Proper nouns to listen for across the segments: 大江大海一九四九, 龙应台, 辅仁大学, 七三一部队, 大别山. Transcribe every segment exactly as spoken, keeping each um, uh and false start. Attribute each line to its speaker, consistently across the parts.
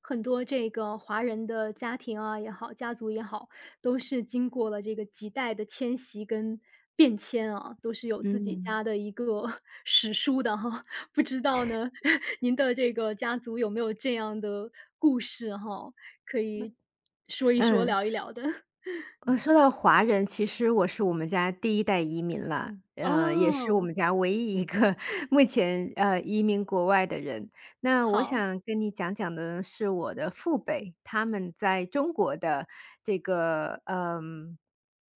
Speaker 1: 很多这个华人的家庭啊也好，家族也好，都是经过了这个几代的迁徙跟变迁啊，都是有自己
Speaker 2: 嗯，
Speaker 1: 家的一个 史书的哈。不知道呢，您的这个家族有没有这样的故事哈？可以说一说、
Speaker 2: 嗯，
Speaker 1: 聊一聊的。
Speaker 2: 呃，说到华人，其实我是我们家第一代移民了，呃，也是我
Speaker 1: 哦，
Speaker 2: 们家唯一一个 目前呃移民国外的人。那我
Speaker 1: 好，
Speaker 2: 想跟你讲讲的是我的父辈，他们在中国的这个嗯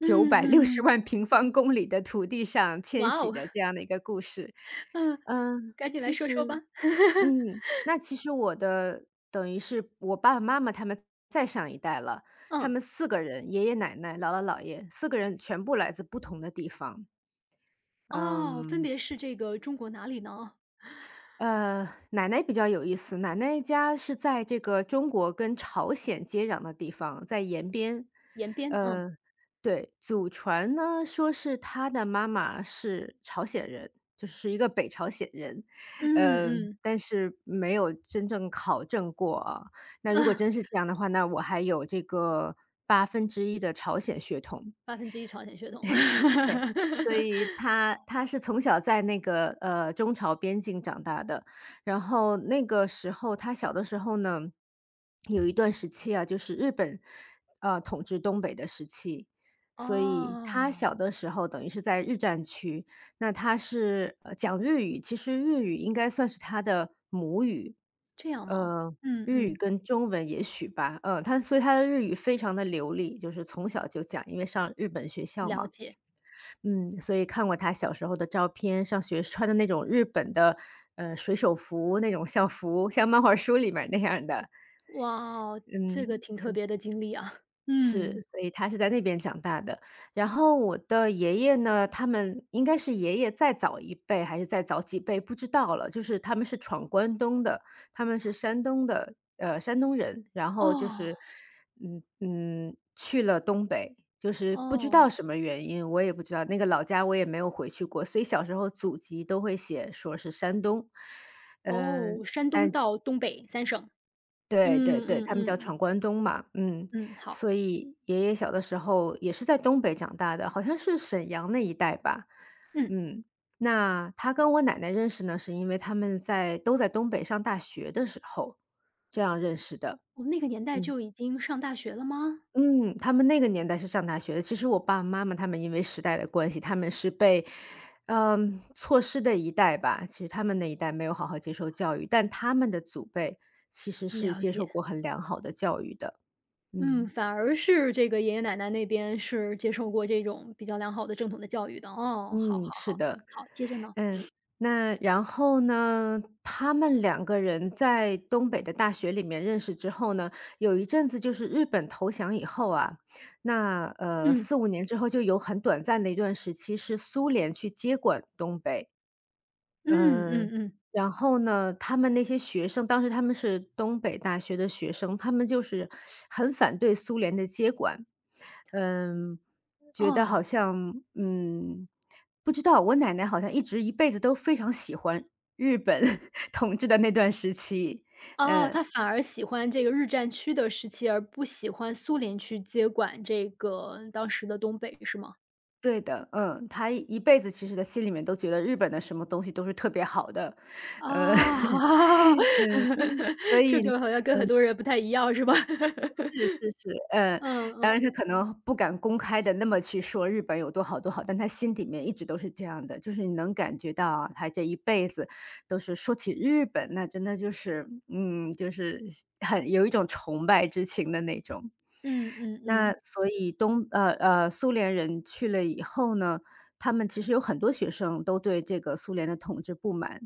Speaker 2: 九
Speaker 1: 嗯
Speaker 2: 百六十
Speaker 1: 嗯，
Speaker 2: 万平方公里的土地上迁
Speaker 1: 哇
Speaker 2: 徙
Speaker 1: 哦，
Speaker 2: 的这样的一个故事。
Speaker 1: 嗯，
Speaker 2: 嗯，
Speaker 1: 赶紧来
Speaker 2: 其
Speaker 1: 说说吧。
Speaker 2: 实 嗯，那其实我的等于是我爸爸妈妈他们再上一代了，他
Speaker 1: 嗯，
Speaker 2: 们四个人，爷爷奶奶、姥姥姥爷四个人全部来自不同的地方。
Speaker 1: 哦，分
Speaker 2: 嗯。
Speaker 1: 别是这个中国哪里呢？
Speaker 2: 呃，奶奶比较有意思。奶奶家是在这个中国跟朝鲜接壤的地方，在延边。
Speaker 1: 延边，嗯
Speaker 2: 呃，对，祖传呢，说是她的妈妈是朝鲜人，就是一个北朝鲜人。
Speaker 1: 嗯
Speaker 2: 呃，
Speaker 1: 嗯。
Speaker 2: 但是没有真正考证过啊，那如果
Speaker 1: 啊，
Speaker 2: 真是这样的话，那我还有这个八分之一的朝鲜血统。
Speaker 1: 百分之一朝鲜血统。
Speaker 2: 对，所以他他是从小在那个，呃，中朝边境长大的。然后那个时候他小的时候呢，有一段时期啊，就是日本，呃，统治东北的时期。所以他
Speaker 1: 哦，
Speaker 2: 小的时候等于是在日战区。那他是，呃，讲日语，其实日语应该算是他的母语。
Speaker 1: 这样吗？
Speaker 2: 呃，
Speaker 1: 嗯
Speaker 2: 日语
Speaker 1: 嗯，
Speaker 2: 跟中文也许吧，嗯，他所以他的日语非常的流利，就是从小就讲，因为上日本学校
Speaker 1: 了
Speaker 2: 嘛。
Speaker 1: 解。
Speaker 2: 嗯，所以看过他小时候的照片，上学穿的那种日本的，呃，水手服那种校服，像漫画书里面那样的。
Speaker 1: 哇哦，这个
Speaker 2: 嗯，
Speaker 1: 挺特
Speaker 2: 所
Speaker 1: 别的经历啊。
Speaker 2: 是，
Speaker 1: 嗯，
Speaker 2: 所以他是在那边长大的。然后我的爷爷呢，他们应该是爷爷再早一辈，还是再早几辈，不知道了。就是他们是闯关东的，他们是山东的，呃，山东人。然后就
Speaker 1: 哦，
Speaker 2: 是，嗯嗯，去了东北，就是不知
Speaker 1: 哦，
Speaker 2: 道什么原因，我也不知道，那个老家我也没有回去过，所以小时候祖籍都会写说是山东。
Speaker 1: 哦，
Speaker 2: 嗯、
Speaker 1: 山东到东北三省。
Speaker 2: 对对
Speaker 1: 嗯
Speaker 2: 对，
Speaker 1: 嗯
Speaker 2: 他们叫
Speaker 1: 嗯，
Speaker 2: 闯关东嘛。嗯，
Speaker 1: 嗯，好，
Speaker 2: 所以爷爷小的时候也是在东北长大的，好像是沈阳那一带吧。
Speaker 1: 嗯，
Speaker 2: 嗯，那他跟我奶奶认识呢，是因为他们在都在东北上大学的时候这样认识的。
Speaker 1: 我们那个年代
Speaker 2: 嗯
Speaker 1: 就已经上大学了吗？
Speaker 2: 嗯，他们那个年代是上大学的。其实我爸爸妈妈他们因为时代的关系，他们是被，嗯，错失的一代吧。其实他们那一代没有好好接受教育，但他们的祖辈其实是
Speaker 1: 了
Speaker 2: 接受
Speaker 1: 解，
Speaker 2: 过很良好的教育的。
Speaker 1: 嗯，
Speaker 2: 嗯。
Speaker 1: 反而是这个爷爷奶奶那边是接受过这种比较良好的正统的教育的。哦，好好
Speaker 2: 嗯，是
Speaker 1: 好，
Speaker 2: 的。
Speaker 1: 好，接着呢？
Speaker 2: 嗯，那然后呢，他们两个人在东北的大学里面认识之后呢，有一阵子就是日本投降以后啊，那呃
Speaker 1: 嗯，
Speaker 2: 四五年之后，就有很短暂的一段时期是苏联去接管东北。
Speaker 1: 嗯
Speaker 2: 嗯呃，
Speaker 1: 嗯嗯。
Speaker 2: 然后呢，他们那些学生当时他们是东北大学的学生，他们就是很反对苏联的接管。嗯，觉得
Speaker 1: 哦，
Speaker 2: 好像嗯，不知道，我奶奶好像一直一辈子都非常喜欢日本 统治的那段时期。
Speaker 1: 哦，他
Speaker 2: 嗯，
Speaker 1: 反而喜欢这个日战区的时期，而不喜欢苏联去接管这个当时的东北，是吗？
Speaker 2: 对的。嗯，她一辈子其实她心里面都觉得日本的什么东西都是特别好的。呃，嗯，
Speaker 1: 啊，
Speaker 2: 所
Speaker 1: 这
Speaker 2: 以
Speaker 1: 个好像跟很多人不太一样是吧？
Speaker 2: 是是是。嗯，
Speaker 1: 嗯
Speaker 2: 当然
Speaker 1: 嗯，
Speaker 2: 他可能不敢公开的那么去说日本有多好多好，但他心里面一直都是这样的，就是你能感觉到啊，他这一辈子都是说起日本，那真的就是嗯，就是很有一种崇拜之情的那种。
Speaker 1: 嗯嗯
Speaker 2: 那
Speaker 1: 嗯，
Speaker 2: 所以东呃呃，苏联人去了以后呢，他们其实有很多学生都对这个苏联的统治不满。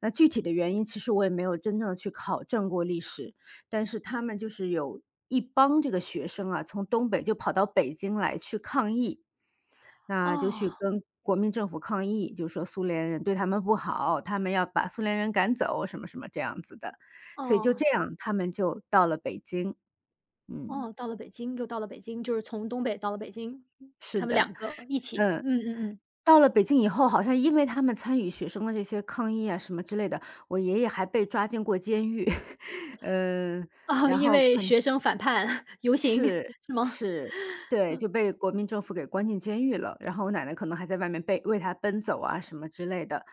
Speaker 2: 那具体的原因，其实我也没有真正的去考证过历史，但是他们就是有一帮这个学生啊，从东北就跑到北京来去抗议，那就去
Speaker 1: 哦，
Speaker 2: 跟国民政府抗议，就说苏联人对他们不好，他们要把苏联人赶走，什么什么这样子的，所以就
Speaker 1: 哦，
Speaker 2: 这样，他们就到了北京。嗯。
Speaker 1: 哦，到了北京，又到了北京，就是从东北到了北京，
Speaker 2: 是
Speaker 1: 他们
Speaker 2: 的，
Speaker 1: 两个一起，
Speaker 2: 嗯。
Speaker 1: 嗯嗯嗯，
Speaker 2: 到了北京以后，好像因为他们参与学生的这些抗议啊什么之类的，我爷爷还被抓进过监狱。嗯，
Speaker 1: 哦，
Speaker 2: 然
Speaker 1: 因
Speaker 2: 后
Speaker 1: 为
Speaker 2: 看
Speaker 1: 学生反叛 游行
Speaker 2: 是
Speaker 1: 是吗？
Speaker 2: 是，对，就被国民政府给关进监狱了，然后我奶奶可能还在外面被为他奔走啊什么之类的。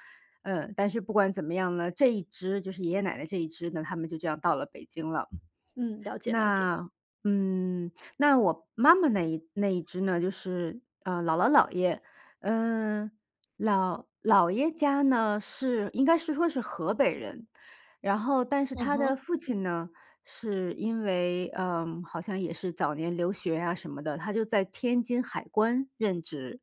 Speaker 2: 嗯，但是不管怎么样呢，这一支就是爷爷奶奶这一支呢，他们就这样到了北京了。
Speaker 1: 嗯，了解了解，
Speaker 2: 那嗯，那我妈妈那一那一只呢，就是，呃，姥姥姥爷。嗯，姥姥爷家呢，是应该是说是河北人。然后但是
Speaker 1: 嗯
Speaker 2: 他的
Speaker 1: 哼，
Speaker 2: 父亲呢，是因为，嗯，好像也是早年留学啊什么的，他就在天津海关任职，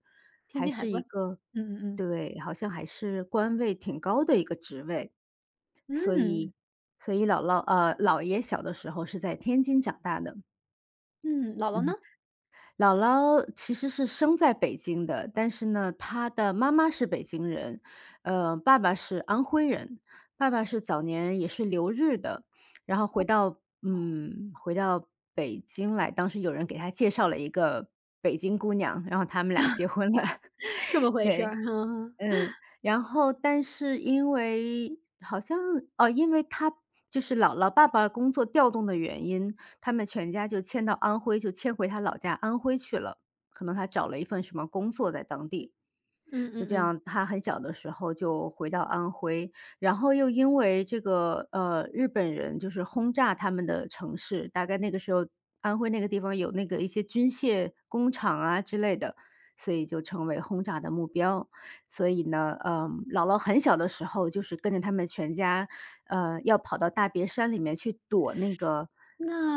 Speaker 1: 天
Speaker 2: 还
Speaker 1: 津海
Speaker 2: 是
Speaker 1: 关，
Speaker 2: 一个
Speaker 1: 嗯嗯嗯。
Speaker 2: 对，好像还是官位挺高的一个职位。所
Speaker 1: 嗯，
Speaker 2: 以所以姥姥呃，姥爷小的时候是在天津长大的。
Speaker 1: 嗯，姥姥呢？
Speaker 2: 嗯。姥姥其实是生在北京的，但是呢，她的妈妈是北京人，呃，爸爸是安徽人。爸爸是早年也是留日的，然后回到嗯，回到北京来，当时有人给他介绍了一个北京姑娘，然后他们俩结婚了。
Speaker 1: 这么回事
Speaker 2: 对。
Speaker 1: 儿，嗯
Speaker 2: 嗯，然后但是因为好像哦，因为他就是姥姥爸爸工作调动的原因，他们全家就迁到安徽，就迁回他老家安徽去了。可能他找了一份什么工作在当地。
Speaker 1: 嗯
Speaker 2: 就
Speaker 1: 嗯
Speaker 2: 这
Speaker 1: 嗯。
Speaker 2: 样，他很小的时候就回到安徽，然后又因为这个，呃，日本人就是轰炸他们的城市，大概那个时候安徽那个地方有那个一些军械工厂啊之类的，所以就成为轰炸的目标。所以呢，嗯，姥姥很小的时候就是跟着他们全家，呃，要跑到大别山里面去躲那个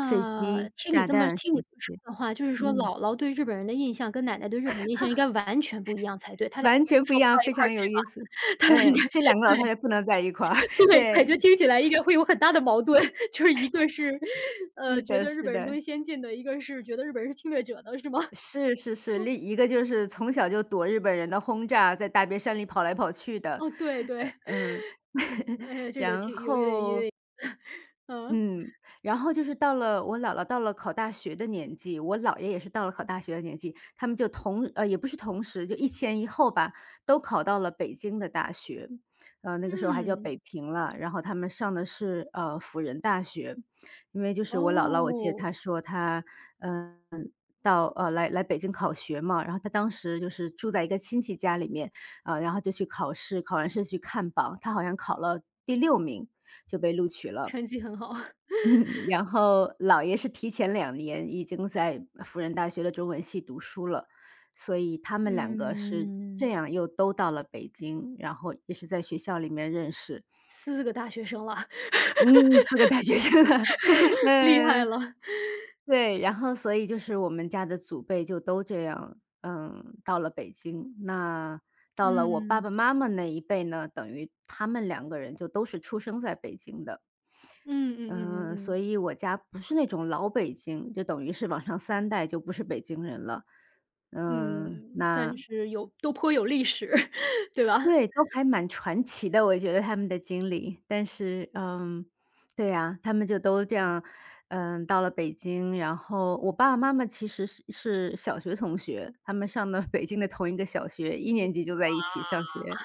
Speaker 2: 飞机、
Speaker 1: 听你
Speaker 2: 炸
Speaker 1: 这么
Speaker 2: 弹什
Speaker 1: 听你
Speaker 2: 么
Speaker 1: 这
Speaker 2: 这
Speaker 1: 么
Speaker 2: 些。
Speaker 1: 说的话，就是说嗯
Speaker 2: 嗯。
Speaker 1: 姥姥对日本人的印象跟奶奶对日本人的印象应该完全不一样才对，他俩应
Speaker 2: 完
Speaker 1: 该是
Speaker 2: 全不一
Speaker 1: 说不到
Speaker 2: 样，
Speaker 1: 一
Speaker 2: 非
Speaker 1: 块儿
Speaker 2: 常有
Speaker 1: 去吧？
Speaker 2: 意思。
Speaker 1: 他俩应该
Speaker 2: 嗯，这两个老太太不能在一块儿。
Speaker 1: 对 对，感
Speaker 2: 对，
Speaker 1: 觉听起来应该会有很大的矛盾。就是一个是，
Speaker 2: 是
Speaker 1: 呃，觉
Speaker 2: 的
Speaker 1: 得日
Speaker 2: 是
Speaker 1: 本人都
Speaker 2: 的，
Speaker 1: 是先进的，一个是觉得日本人是侵略者的是吗？
Speaker 2: 是是是，另一个就是从小就躲日本人的轰炸，在大别山里跑来跑去的。
Speaker 1: 哦，对
Speaker 2: 呃，
Speaker 1: 对。
Speaker 2: 嗯。
Speaker 1: 哎呀，这个
Speaker 2: 然
Speaker 1: 挺有有点有
Speaker 2: 后
Speaker 1: 点 嗯，
Speaker 2: 嗯，然后就是到了我姥姥到了考大学的年纪，我姥爷也是到了考大学的年纪，他们就同呃，也不是同时，就一前一后吧，都考到了北京的大学。呃，那个时候还叫
Speaker 1: 嗯，
Speaker 2: 北平了。然后他们上的是呃辅仁大学。因为就是我姥姥，我记得
Speaker 1: 哦，
Speaker 2: 她说她嗯、呃到呃来来北京考学嘛，然后她当时就是住在一个亲戚家里面，呃，然后就去考试，考完试去看榜，她好像考了第六名就被录取了。
Speaker 1: 成绩很好。
Speaker 2: 嗯，然后姥爷是提前两年已经在辅仁大学的中文系读书了，所以他们两个是这
Speaker 1: 嗯
Speaker 2: 样又都到了北京，然后也是在学校里面认识。
Speaker 1: 四个大学生了。
Speaker 2: 嗯，是个大学生啊。
Speaker 1: 厉害
Speaker 2: 嗯，
Speaker 1: 了。
Speaker 2: 对，然后所以就是我们家的祖辈就都这样，嗯，到了北京。那到了我爸爸
Speaker 1: 嗯，
Speaker 2: 妈妈那一辈呢，等于他们两个人就都是出生在北京的。
Speaker 1: 嗯嗯嗯
Speaker 2: 嗯，
Speaker 1: 嗯
Speaker 2: 所
Speaker 1: 嗯，
Speaker 2: 以我家不是那种老北京，就等于是往上三代就不是北京人了。嗯，
Speaker 1: 嗯，算
Speaker 2: 那
Speaker 1: 是有都颇有历史，对吧？
Speaker 2: 对，都还蛮传奇的，我觉得他们的经历。但是，嗯，对呀，他们就都这样，嗯，到了北京，然后我爸爸妈妈其实是是小学同学，他们上的 北京的同一个小学，一年级就在一起上学，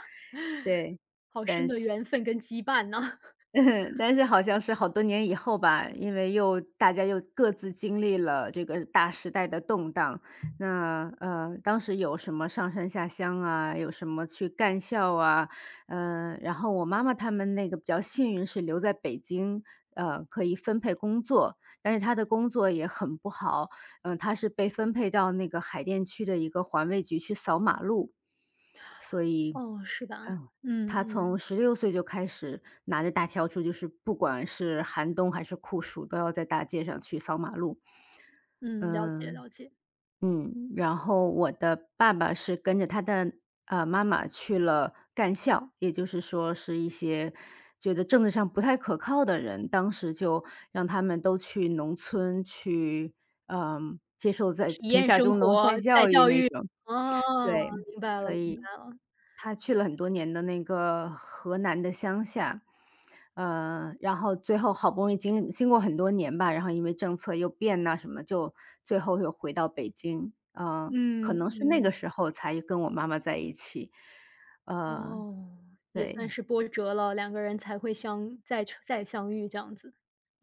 Speaker 2: 对，
Speaker 1: 好深
Speaker 2: 但
Speaker 1: 的
Speaker 2: 是
Speaker 1: 缘分跟羁绊呢。
Speaker 2: 但是好像是好多年以后吧，因为又大家又各自经历了这个大时代的动荡，那，呃，当时有什么上山下乡啊，有什么去干校啊，呃，然后我妈妈他们那个比较幸运是留在北京，呃，可以分配工作，但是她的工作也很不好，嗯，她是被分配到那个海淀区的一个环卫局去扫马路。所以，
Speaker 1: 哦，是吧？
Speaker 2: 嗯，
Speaker 1: 嗯
Speaker 2: 他从
Speaker 1: 嗯，
Speaker 2: 十六岁就开始拿着大笤帚，就是不管是寒冬还是酷暑，都要在大街上去扫马路。
Speaker 1: 嗯，了解
Speaker 2: 嗯
Speaker 1: 了解。
Speaker 2: 嗯，然后我的爸爸是跟着他的，呃，妈妈去了干校，也就是说是一些觉得政治上不太可靠的人，当时就让他们都去农村去，嗯，接受在
Speaker 1: 体
Speaker 2: 贫
Speaker 1: 验
Speaker 2: 下
Speaker 1: 生
Speaker 2: 中农再
Speaker 1: 活，再
Speaker 2: 教育
Speaker 1: 教
Speaker 2: 那
Speaker 1: 育，
Speaker 2: 种，
Speaker 1: 哦，
Speaker 2: 对，
Speaker 1: 明白了
Speaker 2: 所
Speaker 1: 明白
Speaker 2: 以
Speaker 1: 了。
Speaker 2: 他去了很多年的那个河南的乡下，呃，然后最后好不容易经经过很多年吧，然后因为政策又变呐什么，就最后又回到北京，呃，
Speaker 1: 嗯
Speaker 2: 可能是那个
Speaker 1: 嗯，
Speaker 2: 时候才跟我妈妈在一起，呃，
Speaker 1: 哦，也算
Speaker 2: 对，
Speaker 1: 是波折了，两个人才会相再再相遇这样子，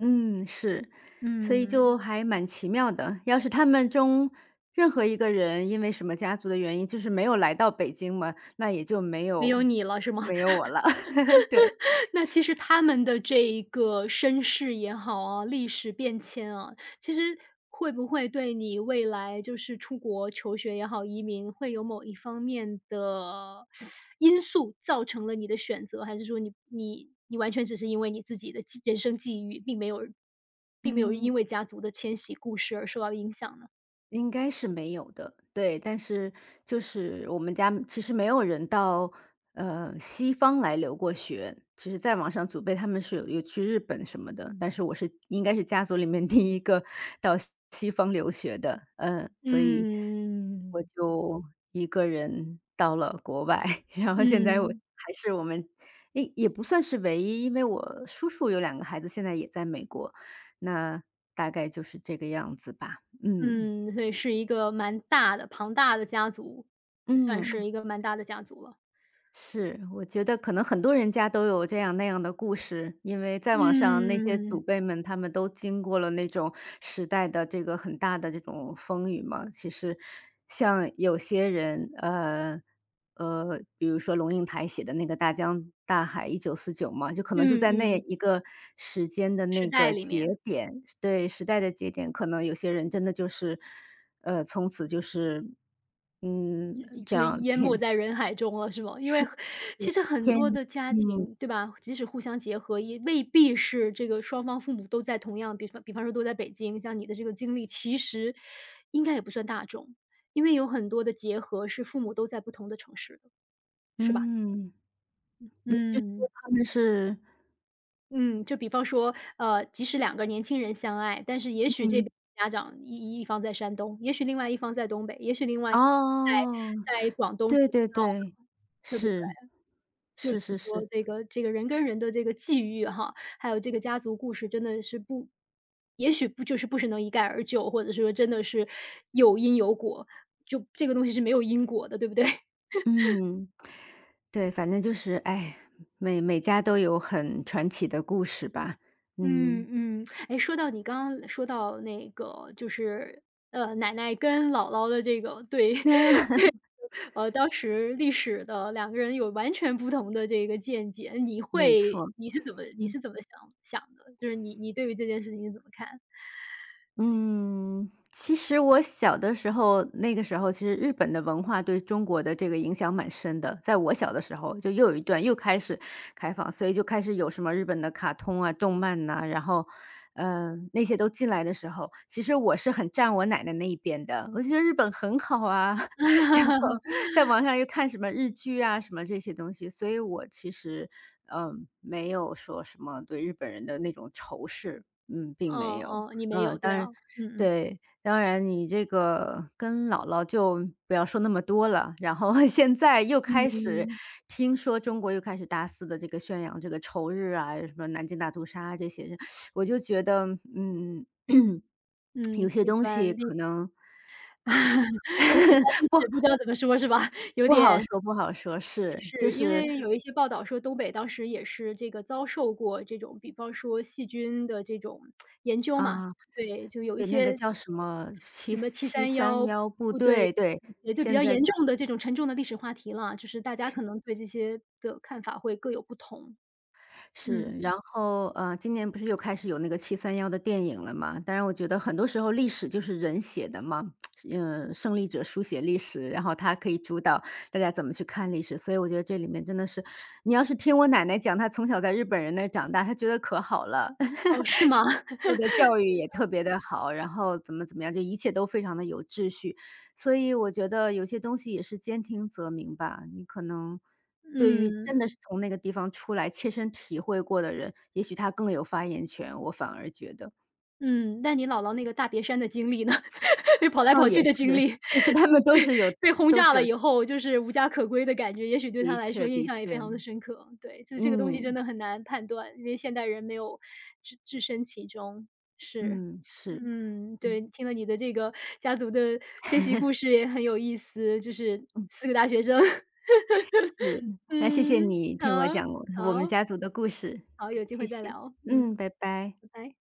Speaker 2: 嗯，是，所以
Speaker 1: 嗯。
Speaker 2: 就还蛮奇妙的。要是他们中任何一个人因为什么家族的原因，就是没有来到北京嘛，那也就没
Speaker 1: 没有
Speaker 2: 有
Speaker 1: 你了是吗？
Speaker 2: 没有我 了，对，
Speaker 1: 那其实他们的这一个身世也好啊，历史变迁啊，其实会不会对你未来就是出国求学也好，移民会有某一方面的因素造成了你的选择？还是说你你你完全只是因为你自己的际人生际遇，并没有并没有
Speaker 2: 嗯。
Speaker 1: 因为家族的迁徙故事而受到影响呢？
Speaker 2: 应该是没有的，对。但是就是我们家其实没有人到，呃，西方来留过学。其实在网上祖辈他们是有有去日本什么的，但是我是应该是家族里面 第一个到西西方留学的，嗯，所以我
Speaker 1: 嗯，
Speaker 2: 就一个人到了国外，然后现在我
Speaker 1: 嗯。
Speaker 2: 还是我们也也不算是唯一，因为我叔叔有两个孩子，现在也在美国，那大概就是这个样子吧，嗯。
Speaker 1: 嗯，所以是一个蛮大的庞大的家族，算
Speaker 2: 嗯，
Speaker 1: 是一个蛮大的家族了。
Speaker 2: 是，我觉得可能很多人家都有这样那样的故事，因为在网上那些
Speaker 1: 嗯，
Speaker 2: 祖辈们，他们都经过了那种时代的这个很大的这种风雨嘛。其实像有些人，呃呃，比如说龙应台写的那个《大江大海一九四九》嘛，就可能就
Speaker 1: 嗯
Speaker 2: 在那
Speaker 1: 嗯，
Speaker 2: 一个时间的
Speaker 1: 时
Speaker 2: 那
Speaker 1: 代
Speaker 2: 个
Speaker 1: 里
Speaker 2: 节
Speaker 1: 面，
Speaker 2: 点，对，时代的节点，可能有些人真的就是，呃，从此就是。嗯，这
Speaker 1: 就是
Speaker 2: 样
Speaker 1: 淹没 在人海中了，是吗？因为
Speaker 2: 是。
Speaker 1: 其实很
Speaker 2: 天，
Speaker 1: 多的家
Speaker 2: 嗯。
Speaker 1: 庭，对吧？即使互相结合，也未必是这个双方父母都在同样，比方比方说都在北京，像你的这个经历，其实应该也不算大众，因为有很多的结合是父母都在不同的城市的是吧？
Speaker 2: 嗯，就是
Speaker 1: 嗯。
Speaker 2: 他们是
Speaker 1: 嗯，就比方说，呃，即使两个年轻人相爱，但是也许这
Speaker 2: 嗯。
Speaker 1: 边家长一一方在山东，也许另外一方在东北，也许另外在
Speaker 2: 哦，
Speaker 1: 在广东，谁
Speaker 2: 对
Speaker 1: 知
Speaker 2: 对
Speaker 1: 道，
Speaker 2: 对，
Speaker 1: 对不对？
Speaker 2: 是，
Speaker 1: 就是
Speaker 2: 是是
Speaker 1: 说
Speaker 2: 是，
Speaker 1: 这个这个人跟人的这个际遇哈，还有这个家族故事真的是不也许不就是不是能一概而就，或者说真的是有因有果，就这个东西是没有因果的，对不对？
Speaker 2: 嗯，对，反正就是，哎，每每家都有很传奇的故事吧，嗯，
Speaker 1: 嗯嗯，哎，说到你刚刚说到那个，就是呃，奶奶跟姥姥的这个对
Speaker 2: 那
Speaker 1: 呃，当时历史的两个人有完全不同的这个见解，你
Speaker 2: 没
Speaker 1: 会
Speaker 2: 错，
Speaker 1: 你是怎么你
Speaker 2: 嗯。
Speaker 1: 是怎么想想的？就是你你对于这件事情是怎么看？
Speaker 2: 嗯，其实我小的时候，那个时候其实日本的文化对中国的这个影响蛮深的。在我小的时候，就又有一段又开始开放，所以就开始有什么日本的卡通啊、动漫呐、然后，呃，那些都进来的时候，其实我是很站我奶奶那一边的。我觉得日本很好啊，然后 在网上又看什么日剧啊、什么这些东西，所以我其实，嗯、没有说什么对日本人的那种仇视，嗯，并没
Speaker 1: 嗯
Speaker 2: 有。
Speaker 1: 嗯，你没有，
Speaker 2: 嗯，
Speaker 1: 对
Speaker 2: 当
Speaker 1: 啊，
Speaker 2: 然，
Speaker 1: 嗯嗯。
Speaker 2: 对，当然你这个跟姥姥就不要说那么多了，然后 现在又开始
Speaker 1: 嗯，
Speaker 2: 听说中国又开始大肆的这个宣扬这个仇日啊，什么南京大屠杀啊这些，我就觉得，嗯，
Speaker 1: 嗯，
Speaker 2: 有些
Speaker 1: 这
Speaker 2: 东西
Speaker 1: 段历
Speaker 2: 可能
Speaker 1: 这段历史不知道怎么说是吧？有
Speaker 2: 不好
Speaker 1: 点
Speaker 2: 说不好说，是，就
Speaker 1: 是，因
Speaker 2: 是，
Speaker 1: 为有一些报道说东北当时也是这个遭受过这种，比方说细菌的这种研究嘛，
Speaker 2: 啊，
Speaker 1: 对，就有一
Speaker 2: 对，那个
Speaker 1: 些
Speaker 2: 叫什么
Speaker 1: 什
Speaker 2: 七
Speaker 1: 么七
Speaker 2: 七
Speaker 1: 三
Speaker 2: 三
Speaker 1: 幺
Speaker 2: 幺部
Speaker 1: 部队，
Speaker 2: 队，对，
Speaker 1: 也就比
Speaker 2: 现
Speaker 1: 较
Speaker 2: 在
Speaker 1: 严重的这种沉重的历史话题了，就是大家可能对这些的看法会各有不同。嗯，
Speaker 2: 是，然后呃，今年不是又开始有那个七三幺的电影了嘛？当然我觉得很多时候历史就是人写的嘛，嗯，胜利者书写历史，然后他可以主导大家怎么去看历史。所以我觉得这里面真的是你要是听我奶奶讲，她从小在日本人那儿长大，她觉得可好了。
Speaker 1: 哦，是吗？
Speaker 2: 受 的教育也特别的好，然后怎么怎么样，就一切都非常的有秩序。所以我觉得有些东西也是兼听则明吧，你可能对于真的
Speaker 1: 嗯，
Speaker 2: 是从那个地方出来切身体会过的人，也许他更有发言权，我反而觉得。
Speaker 1: 嗯，那你姥姥那个大别山的经历呢？就跑来
Speaker 2: 倒
Speaker 1: 跑
Speaker 2: 也
Speaker 1: 去的经
Speaker 2: 是，
Speaker 1: 历。
Speaker 2: 其实他们都是有
Speaker 1: 被轰
Speaker 2: 都是
Speaker 1: 炸了
Speaker 2: 有
Speaker 1: 以后，就是无家可归的感觉，也许对他
Speaker 2: 的
Speaker 1: 来说
Speaker 2: 确
Speaker 1: 印
Speaker 2: 的
Speaker 1: 象也非
Speaker 2: 确，
Speaker 1: 常的深刻。对，就是这个东西真
Speaker 2: 嗯，
Speaker 1: 的很难判断，因为现代人没有置置身其中，是。
Speaker 2: 嗯，是，
Speaker 1: 嗯，
Speaker 2: 嗯，
Speaker 1: 对，听了你的这个家族的迁徙故事也很有意思，就是
Speaker 2: 嗯，
Speaker 1: 四个大学生。
Speaker 2: 是。那谢谢
Speaker 1: 嗯，
Speaker 2: 你听我
Speaker 1: 好，
Speaker 2: 讲我我们
Speaker 1: 好，
Speaker 2: 家族的故事，
Speaker 1: 好，有机
Speaker 2: 谢
Speaker 1: 会再
Speaker 2: 谢，
Speaker 1: 聊，嗯，
Speaker 2: 嗯，拜拜。
Speaker 1: 拜拜。